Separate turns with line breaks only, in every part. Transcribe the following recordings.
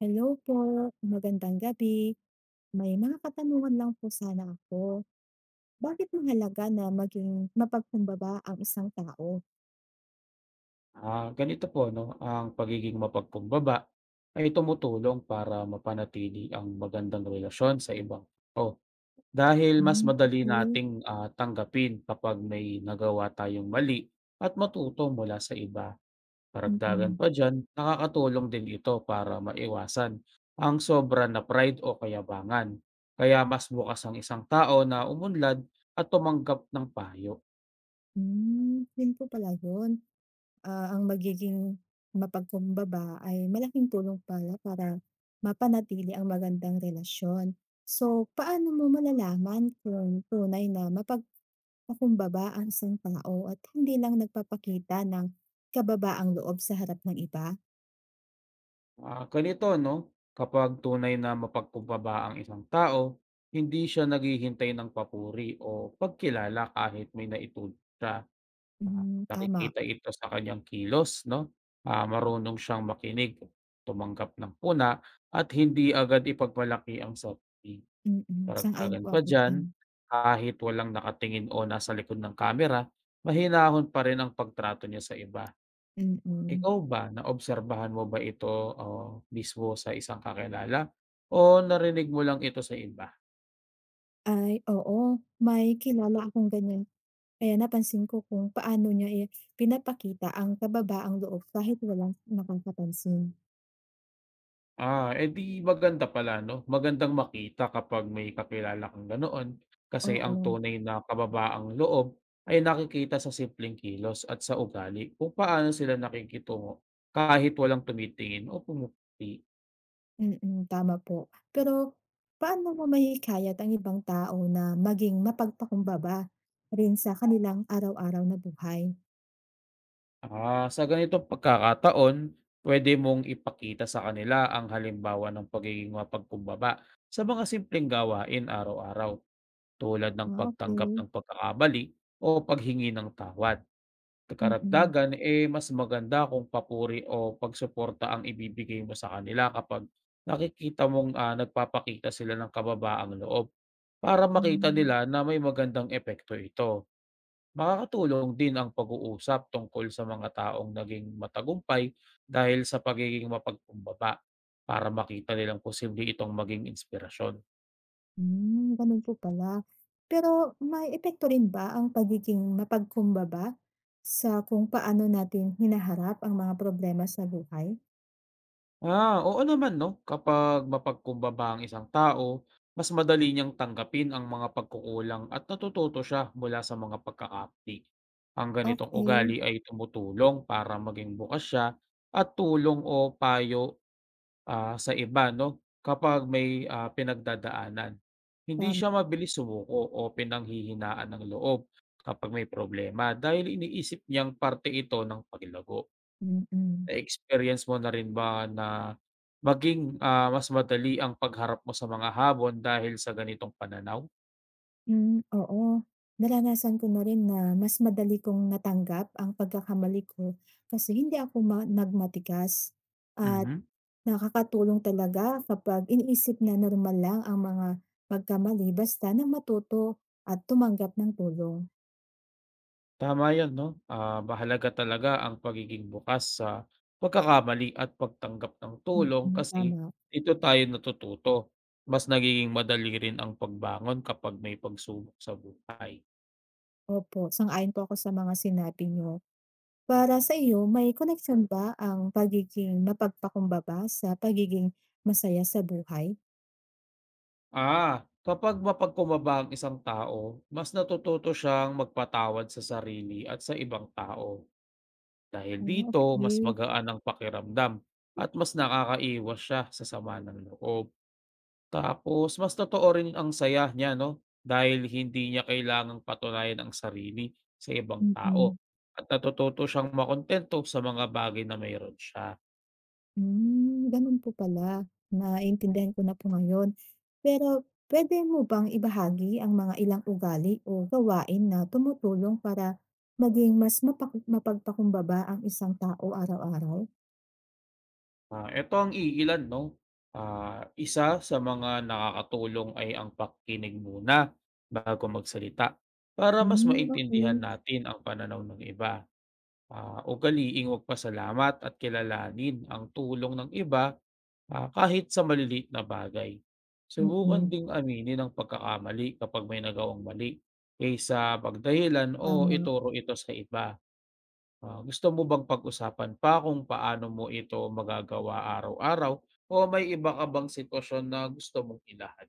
Hello po, magandang gabi. May mga katanungan lang po sana ako. Bakit mahalaga na maging mapagkumbaba ang isang tao?
Ganito po 'no, ang pagiging mapagpumbaba ay tumutulong para mapanatili ang magandang relasyon sa ibang tao. Dahil mas
Hmm,
madali
okey.
nating, tanggapin kapag may nagawa tayong mali at matuto mula sa iba. Karagdagan
Mm.
pa diyan, nakakatulong din ito para maiwasan ang sobra na pride o kayabangan. Kaya mas bukas ang isang tao na umunlad at tumanggap ng payo.
Hmm, yun po pala yun. Ah, ang magiging mapagkumbaba ay malaking tulong pala para mapanatili ang magandang relasyon. So, paano mo malalaman kung tunay na mapagkumbaba ang isang tao at hindi lang nagpapakita ng kababaang loob sa harap ng iba?
Ganito 'no, kapag tunay na mapagkumbaba ang isang tao, hindi siya naghihintay ng papuri o pagkilala kahit may naitulong siya. Ah,
Hmm, tama.
Nakikita ito sa kanyang kilos 'no, marunong siyang makinig, tumanggap ng puna at hindi agad ipagmalaki ang sarili.
Mm, sang-ayon po
Paragdagan pa
ako
diyan,
diyan.
kahit walang nakatingin o nasa likod ng kamera, mahinahon pa rin ang pagtrato niya sa iba.
Mm.
Ikaw ba, naobserbahan mo ba ito, oh, mismo sa isang kakilala o narinig mo lang ito sa iba?
Ay, oo, may kilala akong ganyan. Kaya napansin ko kung paano niya, eh, pinapakita ang kababaang loob kahit walang nakakapansin.
Edi di maganda pala 'no, magandang makita kapag may kakilala kang ganoon kasi ang
Oo,
tunay na kababaang loob ay nakikita sa simpleng kilos at sa ugali kung paano sila nakikitungo kahit walang tumitingin o pumupuri.
mm, tama po. Pero paano mo mahihikayat ang ibang tao na maging mapagpakumbaba rin sa kanilang araw-araw na buhay?
Sa ganitong pagkakataon, pwede mong ipakita sa kanila ang halimbawa ng pagiging mapagkumbaba sa mga simpleng gawain araw-araw tulad ng
Ah,
pagtanggap
okey.
ng pagkakamali o paghingi ng tawad.
Mm,
Karagdagan, eh mas maganda kung papuri o pagsuporta ang ibibigay mo sa kanila kapag nakikita mong nagpapakita sila ng kababaang loob para makita
hmm.
nila na may magandang epekto ito. Makakatulong din ang pag-uusap tungkol sa mga taong naging matagumpay dahil sa pagiging mapagkumbaba para makita nilang posible itong maging inspirasyon.
Hmm, ganun po pala. Pero may epekto rin ba ang pagiging mapagkumbaba sa kung paano natin hinaharap ang mga problema sa buhay?
Oo naman 'no, kapag mapagkumbaba ang isang tao, mas madali niyang tanggapin ang mga pagkukulang at natututo siya mula sa mga pagkakamali. Ang ganitong
Okay,
ugali ay tumutulong para maging bukas siya at tulong o payo sa iba 'no, kapag may pinagdadaanan. Hindi
tama.
siya mabilis sumuko o pinanghihinaan ng loob kapag may problema dahil iniisip niyang parte ito ng paglago.
Mm-mm. Mm.
Na-experience mo na rin ba na maging mas madali ang pagharap mo sa mga habon dahil sa ganitong pananaw?
Hmm, oo. Naranasan ko na rin na mas madali kong natanggap ang pagkakamali ko kasi hindi ako nagmatigas at
Mhm.
nakakatulong talaga kapag iniisip na normal lang ang mga pagkamali basta na matuto at tumanggap ng tulong.
Tama 'yon 'no, mahalaga talaga ang pagiging bukas sa pagkakamali at pagtanggap ng tulong
Mm,
kasi
tama.
ito tayo natututo. Mas nagiging madali rin ang pagbangon kapag may pagsubok sa buhay.
Opo, sang-ayon po ako sa mga sinabi niyo. Para sa iyo, may connection ba ang pagiging mapagpakumbaba sa pagiging masaya sa buhay?
Kapag mapagkumbaba ang isang tao, mas natututo siyang magpatawad sa sarili at sa ibang tao. Dahil
Ah,
dito mas
okey.
magaan ang pakiramdam at mas nakakaiwas siya sa sama ng loob. Tapos mas totoo rin ang saya niya 'no, dahil hindi niya kailangang patunayan ang sarili sa ibang
Mm.
tao at natututo siyang makuntento sa mga bagay na mayroon siya.
Hmm, gano'n po pala. Naintindihan ko na po ngayon. Pero pwede mo bang ibahagi ang mga ilang ugali o gawain na tumutulong para maging mas mapagpakumbaba ang isang tao araw-araw?
Eto ang iilan 'no, isa sa mga nakakatulong ay ang pakikinig muna bago magsalita para mas
Hmm,
maintindihan
okey.
natin ang pananaw ng iba. Ugaliing magpasalamat at kilalanin ang tulong ng iba, kahit sa maliliit na bagay.
Mm, okay.
Subukan
Mm-mm.
ding aminin ang pagkakamali kapag may nagawang mali, kaysa pagdahilan o
Tama.
ituro ito sa iba. Gusto mo bang pag-usapan pa kung paano mo ito magagawa araw-araw o may iba ka bang sitwasyon na gusto mong ilahad?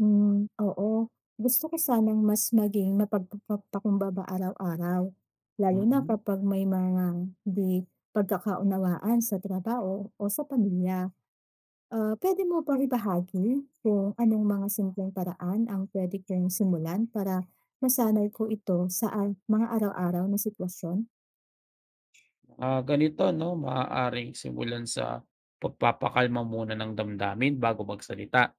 Hmm, oo. Gusto ko sanang mas maging mapagpapakumbaba araw-araw, lalo na
Mm.
kapag may mga di pagkakaunawaan sa trabaho o sa pamilya. Ah, pwede mo bang ibahagi kung anong mga simpleng paraan ang pwede kong simulan para masanay ko ito sa mga araw-araw na sitwasyon?
Ganito 'no, maaaring simulan sa pagpapakalma muna ng damdamin bago magsalita,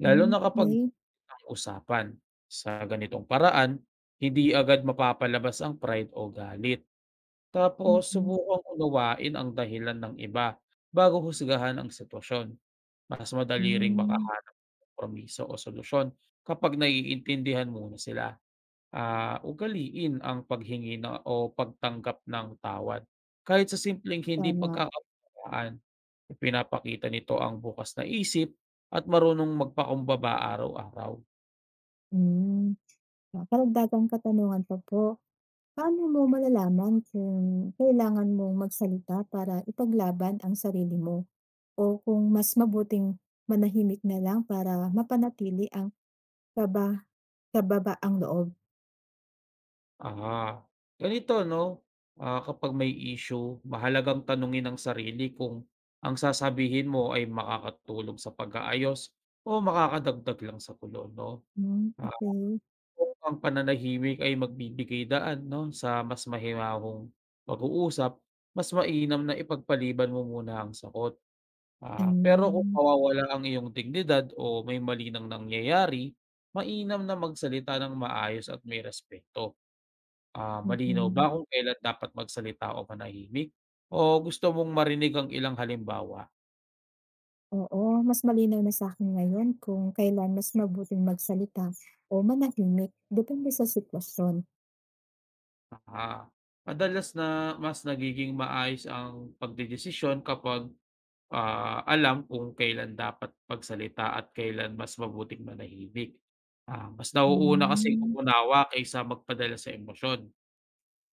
lalo
Hmm,
na kapag
okay.
ang usapan. Sa ganitong paraan, hindi agad mapapalabas ang pride o galit. Tapos
Mm.
subukang unawain ang dahilan ng iba bago husgahan ang sitwasyon. Mas madali ring
Hmm,
makahanap promiso o solusyon kapag naiintindihan muna sila. Ugaliin ang paghingi na, o pagtanggap ng tawad. Kahit sa simpleng hindi
tama.
pagkakaunawaan, ipinapakita nito ang bukas na isip at marunong magpakumbaba araw-araw.
Hmm. Ah, karagdagang katanungan pa po. Paano mo malalaman kung kailangan mong magsalita para ipaglaban ang sarili mo o kung mas mabuting manahimik na lang para mapanatili ang kaba kababaang loob?
Ah, Ganito 'no, kapag may issue mahalagang tanungin ang sarili kung ang sasabihin mo ay makakatulong sa pag-aayos o makakadagdag lang sa gulo 'no.
Hmm,
Ah,
okay.
kung ang pananahimik ay magbibigay daan 'no sa mas mahinahong pag-uusap, mas mainam na ipagpaliban mo muna ang sakot.
Hmm,
Pero kung
mm.
mawawala ang iyong dignidad o may mali nang nangyayari, mainam na magsalita ng maayos at may respeto. Malinaw ba
Mm-mm.
kung kailan dapat magsalita o manahimik o gusto mong marinig ang ilang halimbawa?
Oo, mas malinaw na sa akin ngayon kung kailan mas mabuting magsalita o manahimik depende sa sitwasyon.
Ah, Madalas na mas nagiging maayos ang pagdedesisyon kapag, alam kung kailan dapat magsalita at kailan mas mabuting manahimik. Mas nauuna kasing
Hmm,
umunawa kaysa magpadala sa emosyon.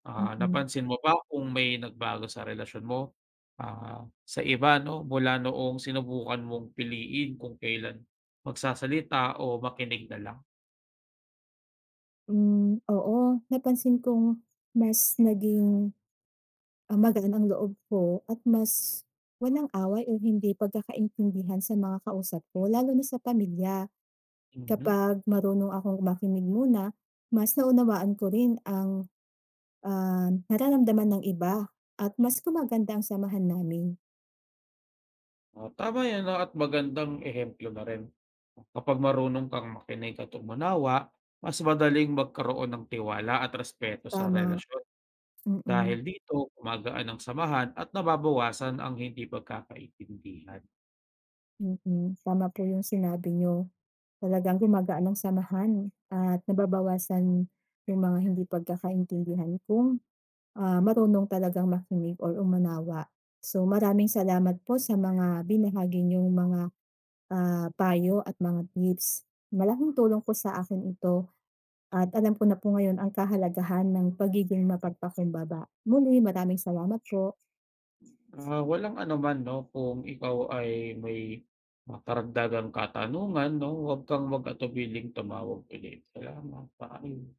mm.
Napansin mo ba kung may nagbago sa relasyon mo, sa iba 'no, mula noong sinubukan mong piliin kung kailan magsasalita o makinig na lang?
Hmm, oo, napansin kong mas naging, ah, magaan ang loob ko at mas walang away o hindi pagkakaintindihan sa mga kausap ko, lalo na sa pamilya.
Mhm.
Kapag marunong akong makinig muna, mas naunawaan ko rin ang, ah, nararamdaman ng iba at mas gumaganda ang samahan namin.
Oh, tama 'yan, at magandang ehemplo na rin. Kapag marunong kang makinig at umunawa, mas madaling magkaroon ng tiwala at respeto sa
Tama,
relasyon.
mm,
Dahil dito, gumagaan ang samahan at nababawasan ang hindi pagkakaintindihan.
mm. Tama po yung sinabi niyo. Talagang gumagaan ang samahan at nababawasan yung mga hindi pagkakaintindihan kung, ah, marunong talagang makinig or umanawa. So, maraming salamat po sa mga binahagi niyong mga, ah, payo at mga tips. Malaking tulong po sa akin ito at alam ko na po ngayon ang kahalagahan ng pagiging mapagpakumbaba. Muli, maraming salamat po.
Walang anuman 'no, kung ikaw ay may karagdagang katanungan 'no, huwag kang mag-atubiling tumawag ulit. Salamat, paalam.